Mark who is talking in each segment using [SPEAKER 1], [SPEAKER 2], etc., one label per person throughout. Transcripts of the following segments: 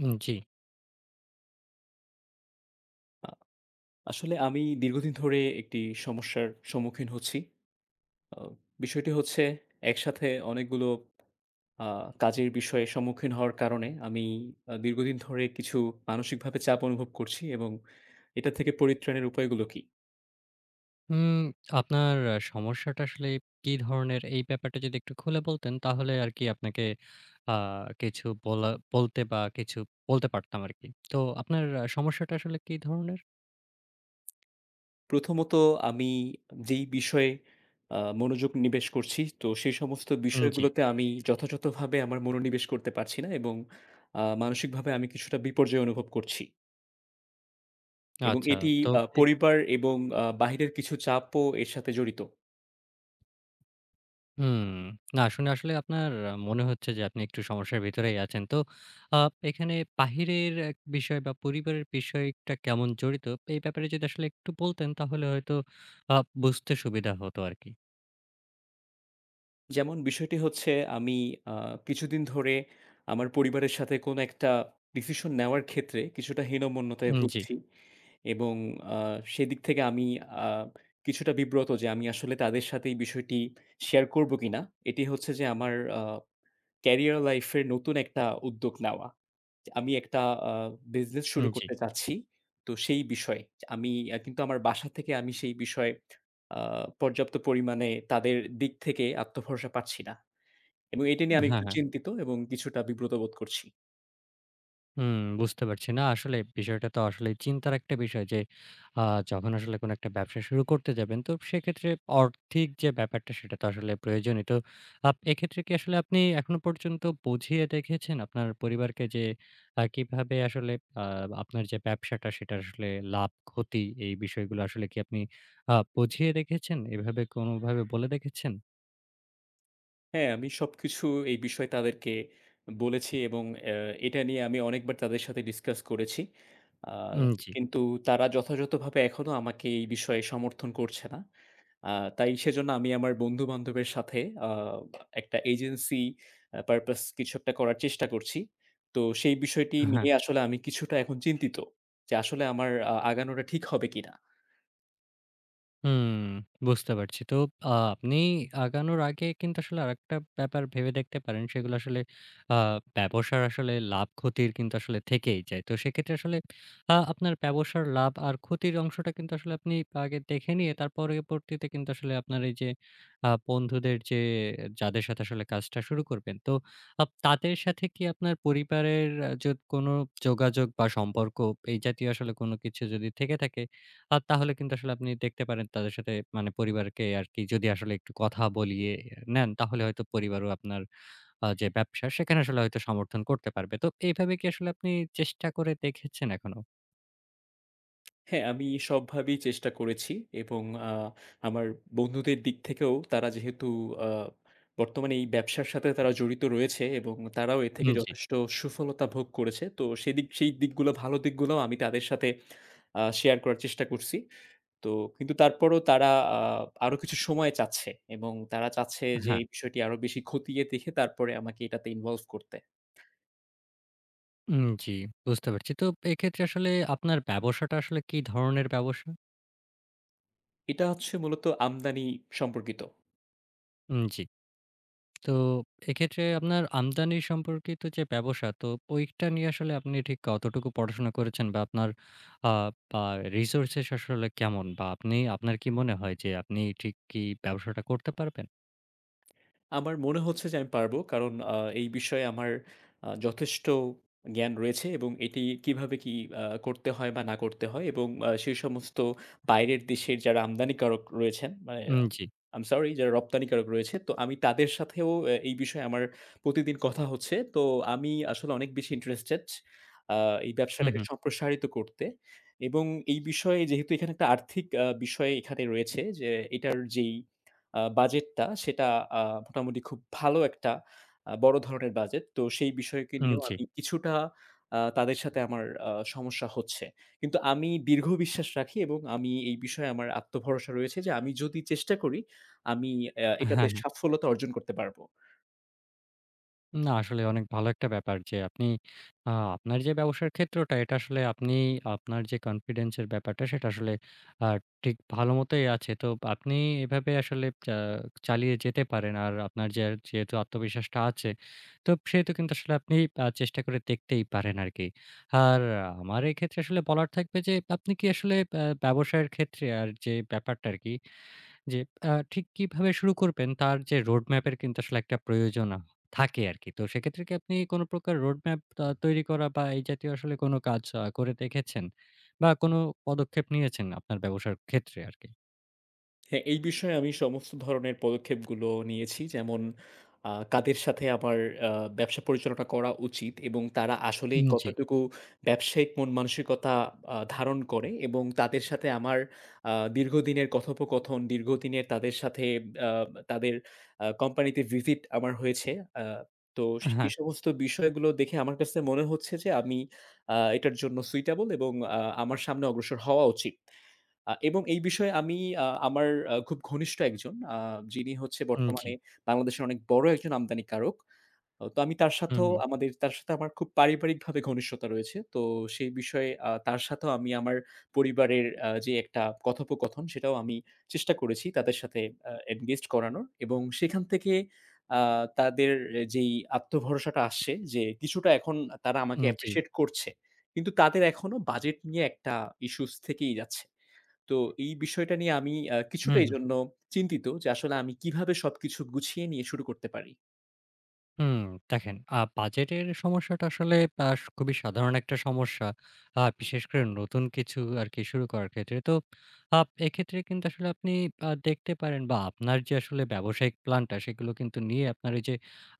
[SPEAKER 1] জি।
[SPEAKER 2] আ আসলে আমি দীর্ঘদিন ধরে একটি সমস্যার সম্মুখীন হচ্ছি। আ বিষয়টি হচ্ছে, একসাথে অনেকগুলো আ কাজের বিষয়ে সম্মুখীন হওয়ার কারণে আমি দীর্ঘদিন ধরে কিছু মানসিকভাবে চাপ অনুভব করছি এবং এটা থেকে পরিত্রাণের উপায়গুলো কি?
[SPEAKER 1] উম আপনার সমস্যাটা আসলে কি ধরনের? এই ব্যাপারটা যদি একটু খুলে বলতেন, তাহলে আরকি আপনাকে আ কিছু বলতে বা কিছু বলতে পারতাম আরকি। তো আপনার সমস্যাটা আসলে কি ধরনের?
[SPEAKER 2] প্রথমত, আমি যেই বিষয়ে মনোযোগ নিবেশ করছি, তো সেই সমস্ত
[SPEAKER 1] জি।
[SPEAKER 2] বিষয়গুলোতে আমি যথাযথভাবে আমার মনোনিবেশ করতে পারছি না, এবং মানসিকভাবে আমি কিছুটা বিপর্যয় অনুভব করছি। এবং
[SPEAKER 1] আচ্ছা।
[SPEAKER 2] এটি
[SPEAKER 1] তো এক
[SPEAKER 2] পরিবার এবং বাহিরের কিছু চাপও এর সাথে জড়িত।
[SPEAKER 1] হুম। না শুনে আসলে আপনার মনে হচ্ছে যে আপনি একটু সমস্যার ভিতরেই আছেন। তো আ এখানে বাহিরের এক বিষয় বা পরিবারের বিষয়টা কেমন জড়িত? এই ব্যাপারে যদি আসলে একটু বলতেন, তাহলে হয়তো আ বুঝতে সুবিধা হতো আরকি।
[SPEAKER 2] যেমন, বিষয়টি হচ্ছে আমি আ কিছুদিন ধরে আমার পরিবারের সাথে কোনো একটা ডিসিশন নেওয়ার ক্ষেত্রে কিছুটা হীনমন্যতায়
[SPEAKER 1] জি,
[SPEAKER 2] ভুগছি, এবং আ সেদিক থেকে আমি আ কিছুটা বিব্রত যে আমি আসলে তাদের সাথে এই বিষয়টি শেয়ার করব কিনা। এটি হচ্ছে যে আমার আ ক্যারিয়ার লাইফ এর নতুন একটা উদ্যোগ নেওয়া। আমি একটা আ বিজনেস শুরু
[SPEAKER 1] জি।
[SPEAKER 2] করতে চাচ্ছি। তো সেই বিষয়ে আমি, কিন্তু আমার বাসা থেকে আমি সেই বিষয়ে আ পর্যাপ্ত পরিমাণে তাদের দিক থেকে আত্মভরসা পাচ্ছি না, এবং এটা নিয়ে আমি
[SPEAKER 1] হ্যাঁ,
[SPEAKER 2] একটু
[SPEAKER 1] হ্যাঁ।
[SPEAKER 2] চিন্তিত এবং কিছুটা বিব্রত বোধ করছি।
[SPEAKER 1] হুম, বুঝতে পারছি। না আসলে বিষয়টা তো আসলে চিন্তার একটা বিষয় যে আ যখন আসলে কোন একটা ব্যবসা শুরু করতে যাবেন তো সেক্ষেত্রে অর্থিক যে ব্যাপারটা সেটা তো আসলে প্রয়োজনই। তো এক্ষেত্রে কি আসলে আপনি এখনো পর্যন্ত বুঝিয়ে দেখেছেন আপনার পরিবারকে যে কিভাবে আসলে আ আপনার যে ব্যবসাটা সেটা আসলে লাভ ক্ষতি এই বিষয়গুলো আসলে কি আপনি বুঝিয়ে দেখেছেন? এভাবে কোনোভাবে বলে দেখেছেন?
[SPEAKER 2] হ্যাঁ, আমি সবকিছু এই বিষয়ে তাদেরকে বলেছি, এবং এটা নিয়ে আমি অনেকবার তাদের সাথে ডিসকাস করেছি। আ
[SPEAKER 1] জি।
[SPEAKER 2] কিন্তু তারা যথাযথভাবে এখনো আমাকে এই বিষয়ে সমর্থন করছে না। আ তাই সেজন্য আমি আমার বন্ধু-বান্ধবের সাথে আ একটা এজেন্সি পারপাস কিছু একটা করার চেষ্টা করছি। তো সেই বিষয়টি
[SPEAKER 1] হ্যাঁ।
[SPEAKER 2] নিয়ে আসলে আমি কিছুটা এখন চিন্তিত যে আসলে আমার আগানোটা ঠিক হবে কিনা?
[SPEAKER 1] হুম, বুঝতে পারছি। তো আপনি আগানোর আগে কিন্তু আসলে আরেকটা ব্যাপার ভেবে দেখতে পারেন। সেগুলো আসলে আ ব্যবসার আসলে লাভ-ক্ষতির কিন্তু আসলে থেকেই যায়। তো সেক্ষেত্রে আসলে আপনার ব্যবসার লাভ আর ক্ষতির অংশটা কিন্তু আসলে আপনি আগে দেখে নিয়ে তার পরবর্তীতে কিন্তু আসলে আপনার এই যে বন্ধুদের যাদের সাথে আসলে কাজটা শুরু করবেন, তো তাদের সাথে কি আপনার পরিবারের কোনো যোগাযোগ বা সম্পর্ক এই জাতীয় আসলে কোনো কিছু যদি থেকে থাকে তাহলে কিন্তু আসলে আপনি দেখতে পারেন তাদের সাথে মানে পরিবারকে আরকি যদি আসলে একটু কথা বলিয়ে নেন, তাহলে হয়তো পরিবারও আপনার যে ব্যবসা সেখানে আসলে হয়তো সমর্থন করতে পারবে। তো এইভাবে কি আসলে আপনি চেষ্টা করে দেখেছেন এখনো?
[SPEAKER 2] হ্যাঁ, আমি সবভাবেই চেষ্টা করেছি, এবং আমার বন্ধুদের দিক থেকেও তারা যেহেতু আ বর্তমানে এই ব্যবসার সাথে তারা জড়িত রয়েছে এবং তারাও এ থেকে
[SPEAKER 1] জি।
[SPEAKER 2] যথেষ্ট সুফলতা ভোগ করেছে। তো সেই দিকগুলো, ভালো দিকগুলোও আমি তাদের সাথে শেয়ার করার চেষ্টা করছি। তো কিন্তু তারপরেও তারা আ আরো কিছু সময় চাচ্ছে, এবং তারা চাচ্ছে যে
[SPEAKER 1] হ্যাঁ।
[SPEAKER 2] এই বিষয়টি আরো বেশি খতিয়ে দেখে তারপরে আমাকে এটাতে ইনভলভ করতে।
[SPEAKER 1] জি, বুঝতে পারছি। তো এক্ষেত্রে আসলে আপনার ব্যবসাটা আসলে কি ধরনের ব্যবসা?
[SPEAKER 2] এটা হচ্ছে মূলত আমদানি সম্পর্কিত।
[SPEAKER 1] জি। তো এক্ষেত্রে আপনার আমদানি সম্পর্কিত যে ব্যবসা, তো ওইটা নিয়ে আসলে আপনি ঠিক কতটুকু পড়াশোনা করেছেন? বা আপনার আ বা resources আসলে কেমন? বা আপনি আপনার কি মনে হয় যে আপনি ঠিক কি ব্যবসাটা করতে পারবেন?
[SPEAKER 2] আমার মনে হচ্ছে যে আমি পারবো। কারণ এই বিষয়ে আমার যথেষ্ট জ্ঞান রয়েছে, এবং এটি কিভাবে কি করতে হয় বা না করতে হয়, এবং সেই সমস্ত বাইরের দেশের যারা আমদানিকারক রয়েছেন, মানে
[SPEAKER 1] জি।
[SPEAKER 2] I'm sorry, যারা রপ্তানিকারক রয়েছে। তো আমি তাদের সাথেও এই বিষয়ে আমার প্রতিদিন কথা হচ্ছে। তো আমি আসলে অনেক বেশি ইন্টারেস্টেড আ এই
[SPEAKER 1] হু, হু।
[SPEAKER 2] ব্যবসাটাকে সম্প্রসারিত করতে, এবং এই বিষয়ে যেহেতু এখানে একটা আর্থিক বিষয় এখানে রয়েছে যে এটার যেই বাজেটটা সেটা আ মোটামুটি খুব ভালো একটা বড় ধরনের বাজেট। তো সেই বিষয়কে নিয়েও
[SPEAKER 1] জি।
[SPEAKER 2] আমি কিছুটা তাদের সাথে আমার সমস্যা হচ্ছে। কিন্তু আমি দীর্ঘ বিশ্বাস রাখি, এবং আমি এই বিষয়ে আমার আত্মভরসা রয়েছে যে আমি যদি চেষ্টা করি, আমি এটাতে সাফল্যতা অর্জন করতে পারব।
[SPEAKER 1] না, আসলে অনেক ভালো একটা ব্যাপার যে আপনি আ আপনার যে ব্যবসার ক্ষেত্রটা এটা আসলে আপনি আপনার যে কনফিডেন্স এর ব্যাপারটা সেটা আসলে আ ঠিক ভালোমতোই আছে। তো আপনি এভাবে আসলে চালিয়ে যেতে পারেন। আর আপনার যেহেতু আত্মবিশ্বাসটা আছে, তো সেহেতু কিন্তু আসলে আপনি চেষ্টা করে দেখতেই পারেন আরকি। আর আমার এক্ষেত্রে আসলে বলার থাকবে যে আপনি কি আসলে ব্যবসায়ের ক্ষেত্রে আর যে ব্যাপারটা আরকি জি, ঠিক কিভাবে শুরু করবেন তার যে রোড ম্যাপের কিন্তু আসলে একটা প্রয়োজন থাকে আরকি। তো সেক্ষেত্রে কি আপনি কোন প্রকার রোড ম্যাপ তৈরি করা বা এই জাতীয় আসলে কোন কাজ করে দেখেছেন? বা কোন পদক্ষেপ নিয়েছেন আপনার ব্যবসার ক্ষেত্রে আরকি?
[SPEAKER 2] হ্যাঁ, এই বিষয়ে আমি সমস্ত ধরনের পদক্ষেপগুলো নিয়েছি। যেমন, কাদের সাথে আমার আ ব্যবসা পরিচালনা করা উচিত, এবং তারা আসলেই
[SPEAKER 1] জি,
[SPEAKER 2] কতটুকু ব্যবসায়িক মন মানসিকতা ধারণ করে, এবং তাদের সাথে আমার দীর্ঘদিনের কথোপকথন, দীর্ঘদিনের তাদের সাথে, আ তাদের কোম্পানিতে ভিজিট আমার হয়েছে। আ তো
[SPEAKER 1] হ্যাঁ,
[SPEAKER 2] এই সমস্ত বিষয়গুলো দেখে আমার কাছে মনে হচ্ছে যে আমি এটার জন্য সুইটেবল, এবং আমার সামনে অগ্রসর হওয়া উচিত। এবং এই বিষয়ে আমি আমার খুব ঘনিষ্ঠ একজন, যিনি হচ্ছে
[SPEAKER 1] জি,
[SPEAKER 2] বর্তমানে বাংলাদেশের অনেক বড় একজন আমদানিকারক। তো আমি তার
[SPEAKER 1] হুম,
[SPEAKER 2] সাথেও,
[SPEAKER 1] হুম,
[SPEAKER 2] তার সাথে আমার খুব পারিবারিকভাবে ঘনিষ্ঠতা রয়েছে। তো সেই বিষয়ে তার সাথেও আমি আমার পরিবারের যে একটা কথোপকথন, সেটাও আমি চেষ্টা করেছি তাদের সাথে এনগেজড করানোর, এবং সেখান থেকে আ তাদের যেই আত্মভরসাটা আসছে যে, কিছুটা এখন তারা আমাকে
[SPEAKER 1] জি,
[SPEAKER 2] অ্যাপ্রিশিয়েট করছে। কিন্তু তাদের এখনো বাজেট নিয়ে একটা ইস্যুস থেকেই যাচ্ছে। তো এই বিষয়টা নিয়ে আমি কিছুটা
[SPEAKER 1] হুম, হুম।
[SPEAKER 2] এজন্য চিন্তিত যে আসলে আমি কিভাবে সবকিছু গুছিয়ে নিয়ে শুরু করতে পারি?
[SPEAKER 1] হুম, দেখেন বাজেটের সমস্যাটা আসলে আ খুবই সাধারণ একটা সমস্যা। বিশেষ করে নতুন কিছু আরকি শুরু করার ক্ষেত্রে। তো এক্ষেত্রে কিন্তু আসলে আপনি দেখতে পারেন বা আপনার যে আসলে ব্যবসায়িক প্ল্যানটা সেগুলো কিন্তু নিয়ে আপনার ওই যে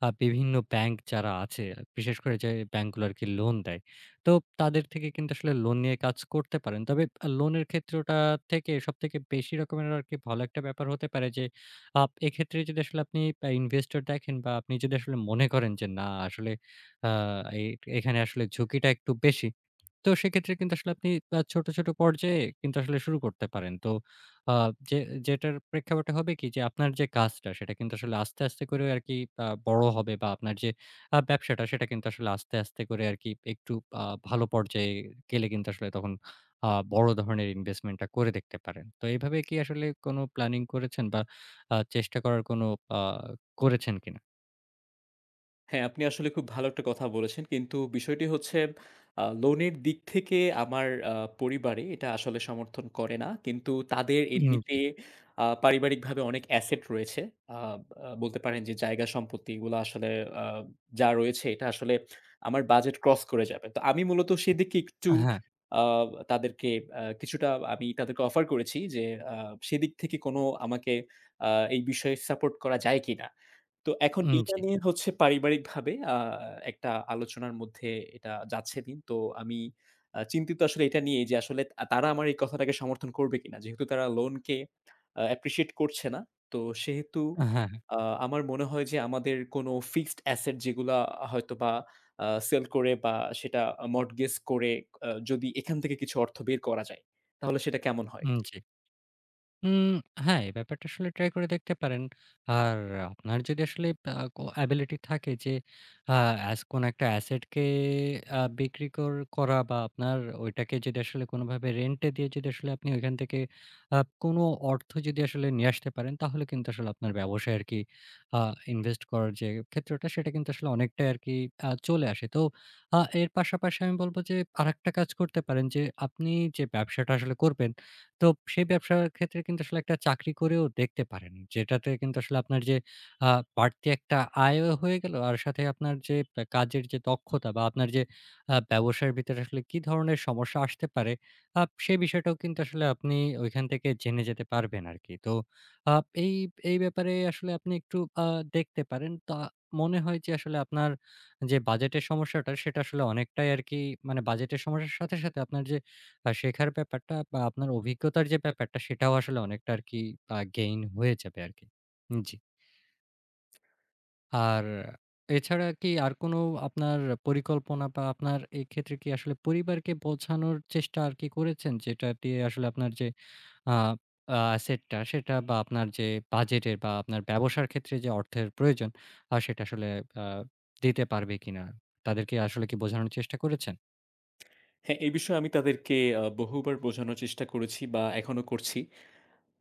[SPEAKER 1] বিভিন্ন ব্যাংক যারা আছে, বিশেষ করে যে ব্যাংকগুলো আরকি লোন দেয়। তো তাদের থেকে কিন্তু আসলে লোন নিয়ে কাজ করতে পারেন। তবে লোনের ক্ষেত্রটা থেকে সবথেকে বেশি রকমের আরকি ভালো একটা ব্যাপার হতে পারে যে এক্ষেত্রে যদি আসলে আপনি ইনভেস্টর দেখেন বা আপনি যদি আসলে মনে করেন যে, না আসলে আ এ এখানে আসলে ঝুঁকিটা একটু বেশি। তো সেক্ষেত্রে কিন্তু আসলে আপনি ছোট, ছোট পর্যায়ে কিন্তু আসলে শুরু করতে পারেন। তো আ যে যেটার প্রেক্ষাপটে হবে কি যে আপনার যে কাজটা সেটা কিন্তু আসলে আস্তে, আস্তে করে আরকি বড় হবে বা আপনার যে ব্যবসাটা সেটা কিন্তু আসলে আস্তে, আস্তে করে আরকি একটু আ ভালো পর্যায়ে গেলে কিন্তু আসলে তখন বড় ধরনের ইনভেস্টমেন্ট টা করে দেখতে পারেন। তো এভাবে কি আসলে কোনো প্ল্যানিং করেছেন বা চেষ্টা করার কোনো আ করেছেন কিনা?
[SPEAKER 2] হ্যাঁ, আপনি আসলে খুব ভালো একটা কথা বলেছেন। কিন্তু বিষয়টি হচ্ছে, লোনের দিক থেকে আমার পরিবারে এটা আসলে সমর্থন করে না। কিন্তু তাদের এমনিতে
[SPEAKER 1] জি।
[SPEAKER 2] পারিবারিকভাবে অনেক অ্যাসেট রয়েছে। আ আ বলতে পারেন যে জায়গা সম্পত্তি, এগুলো আসলে, আ যা রয়েছে, এটা আসলে আমার বাজেট ক্রস করে যাবে। তো আমি মূলত সেদিকে একটু
[SPEAKER 1] হ্যাঁ,
[SPEAKER 2] আ তাদেরকে, কিছুটা আমি তাদেরকে অফার করেছি যে আ সেদিক থেকে কোনো আমাকে আ এই বিষয়ে সাপোর্ট করা যায় কিনা? তো এখন এইটা
[SPEAKER 1] জি।
[SPEAKER 2] নিয়ে হচ্ছে পারিবারিকভাবে একটা আলোচনার মধ্যে এটা যাচ্ছে দিন। তো আমি চিন্তিত আসলে এটা নিয়ে যে আসলে তারা আমার এই কথাটাকে সমর্থন করবে কিনা। যেহেতু তারা লোনকে অ্যাপ্রিশিয়েট করছে না। তো সেহেতু
[SPEAKER 1] হ্যাঁ, হ্যাঁ,
[SPEAKER 2] আ আমার মনে হয় যে আমাদের কোনো ফিক্সড অ্যাসেট যেগুলা হয়তোবা সেল করে, বা সেটা মর্টগেজ করে, যদি এখান থেকে কিছু অর্থ বের করা যায়, তাহলে সেটা কেমন হয়?
[SPEAKER 1] জি। হুম, হ্যাঁ, এই ব্যাপারটা আসলে ট্রাই করে দেখতে পারেন। আর আপনার যদি আসলে এবিলিটি থাকে যে আ কোন একটা অ্যাসেট কে বিক্রি করা বা আপনার ওইটাকে যদি আসলে কোনভাবে রেন্ট এ দিয়ে যদি আসলে আপনি ওইখান থেকে আ কোন অর্থ যদি আসলে নিয়ে আসতে পারেন, তাহলে কিন্তু আসলে আপনার ব্যবসায় আরকি আ ইনভেস্ট করার যে ক্ষেত্রটা, সেটা কিন্তু আসলে অনেকটাই আরকি চলে আসে। তো এর পাশাপাশি আমি বলব যে আরেকটা কাজ করতে পারেন যে আপনি যে ব্যবসাটা আসলে করবেন তো সেই ব্যবসার ক্ষেত্রে কিন্তু আসলে একটা চাকরি করেও দেখতে পারেন। যেটাতে কিন্তু আসলে আপনার যে আ বাড়তি একটা আয়ও হয়ে গেল। আর সাথে আপনার যে কাজের যে দক্ষতা বা আপনার যে ব্যবসার ভিতরে আসলে কি ধরনের সমস্যা আসতে পারে, সেই বিষয়টাও কিন্তু আসলে আপনি ওইখান থেকে জেনে যেতে পারবেন আরকি। তো আপ এই, এই ব্যাপারে আসলে আপনি একটু আ দেখতে পারেন। তা মনে হয় যে আসলে আপনার যে বাজেটের সমস্যাটা সেটা আসলে অনেকটাই আরকি মানে বাজেটের সমস্যার সাথে, সাথে আপনার যে আর শেখার ব্যাপারটা বা আপনার অভিজ্ঞতার যে ব্যাপারটা সেটাও আসলে অনেকটা আরকি গেইন হয়ে যাবে আরকি। জি। আর এছাড়া কি আর কোনো আপনার পরিকল্পনা বা আপনার এই ক্ষেত্রে কি আসলে পরিবারকে বোঝানোর চেষ্টা আরকি করেছেন? যেটা দিয়ে আসলে আপনার যে আ আ অ্যাসেটটা সেটা বা আপনার যে বাজেটের বা আপনার ব্যবসার ক্ষেত্রে যে অর্থের প্রয়োজন সেটা আসলে আ দিতে পারবে কিনা? তাদেরকে আসলে কি বোঝানোর চেষ্টা করেছেন?
[SPEAKER 2] হ্যাঁ, এই বিষয়ে আমি তাদেরকে বহুবার বোঝানোর চেষ্টা করেছি, বা এখনো করছি।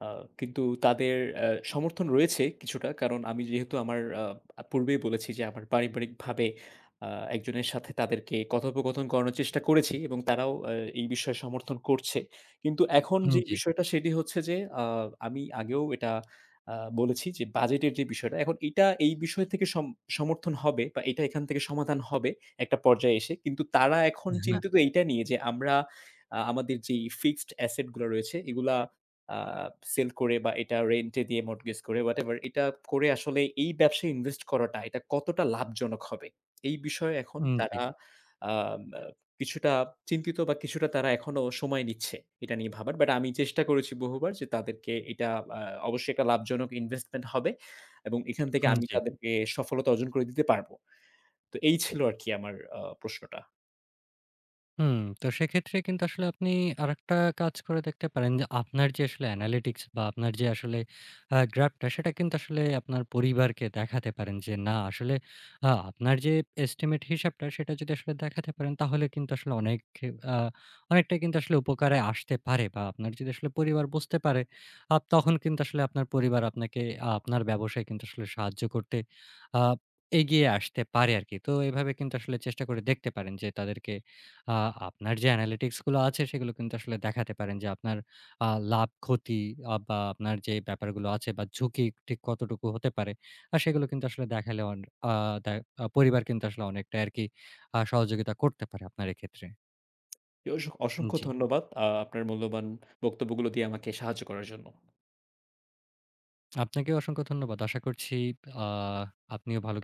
[SPEAKER 2] আ কিন্তু তাদের সমর্থন রয়েছে কিছুটা। কারণ আমি যেহেতু আমার আ আ পূর্বেই বলেছি যে আমার পারিবারিকভাবে আ একজনের সাথে তাদেরকে কথোপকথন করানোর চেষ্টা করেছি, এবং তারাও এই বিষয়ে সমর্থন করছে। কিন্তু এখন যে
[SPEAKER 1] জি।
[SPEAKER 2] বিষয়টা সেটি হচ্ছে যে, আমি আগেও এটা আ বলেছি যে বাজেটের যে বিষয়টা, এখন এটা এই বিষয় থেকে সমর্থন হবে, বা এটা এখান থেকে সমাধান হবে একটা পর্যায়ে এসে। কিন্তু তারা এখন
[SPEAKER 1] হ্যাঁ।
[SPEAKER 2] চিন্তিত এইটা নিয়ে যে, আমরা আমাদের যেই ফিক্সড অ্যাসেট গুলা রয়েছে, এগুলা আ সেল করে, বা এটা রেন্ট এ দিয়ে মর্টগেজ করে হোয়াটএভার, এটা করে আসলে এই ব্যবসায় ইনভেস্ট করাটা এটা কতটা লাভজনক হবে? এই বিষয়ে এখন
[SPEAKER 1] জি,
[SPEAKER 2] তারা আ আ কিছুটা চিন্তিত, বা কিছুটা তারা এখনো সময় নিচ্ছে এটা নিয়ে ভাবার। বাট আমি চেষ্টা করেছি বহুবার যে তাদেরকে এটা আ অবশ্যই একটা লাভজনক ইনভেস্টমেন্ট হবে, এবং এখান থেকে আমি
[SPEAKER 1] জি।
[SPEAKER 2] তাদেরকে সফলতা অর্জন করে দিতে পারব। তো এই ছিল আরকি আমার প্রশ্নটা।
[SPEAKER 1] হুম, তো সেক্ষেত্রে কিন্তু আসলে আপনি আরেকটা কাজ করে দেখতে পারেন যে, আপনার যে আসলে অ্যানালিটিক্স বা আপনার যে আসলে গ্রাফটা সেটা কিন্তু আসলে আপনার পরিবারকে দেখাতে পারেন যে, না আসলে আপনার যে এস্টিমেট হিসাবটা সেটা যদি আসলে দেখাতে পারেন তাহলে কিন্তু আসলে আ অনেকটাই কিন্তু আসলে উপকারে আসতে পারে বা আপনার যদি আসলে পরিবার বুঝতে পারে, তখন কিন্তু আসলে আপনার পরিবার আপনাকে আপনার ব্যবসায় কিন্তু আসলে সাহায্য করতে আ এগিয়ে আসতে পারে আরকি। তো এভাবে কিন্তু আসলে চেষ্টা করে দেখতে পারেন যে তাদেরকে আ আপনার যে অ্যানালিটিক্স গুলো আছে সেগুলো কিন্তু আসলে দেখাতে পারেন যে আপনার আ লাভ ক্ষতি বা আপনার যে ব্যাপারগুলো আছে বা ঝুঁকি ঠিক কতটুকু হতে পারে। সেগুলো কিন্তু আসলে দেখালে অন আ দে আ পরিবার কিন্তু আসলে অনেকটাই আরকি সহযোগিতা করতে পারে আপনার এক্ষেত্রে।
[SPEAKER 2] অসংখ্য
[SPEAKER 1] জি।
[SPEAKER 2] ধন্যবাদ আপনার মূল্যবান বক্তব্যগুলো দিয়ে আমাকে সাহায্য করার জন্য।
[SPEAKER 1] আপনাকেও অসংখ্য ধন্যবাদ। আশা করছি আ আপনিও ভালো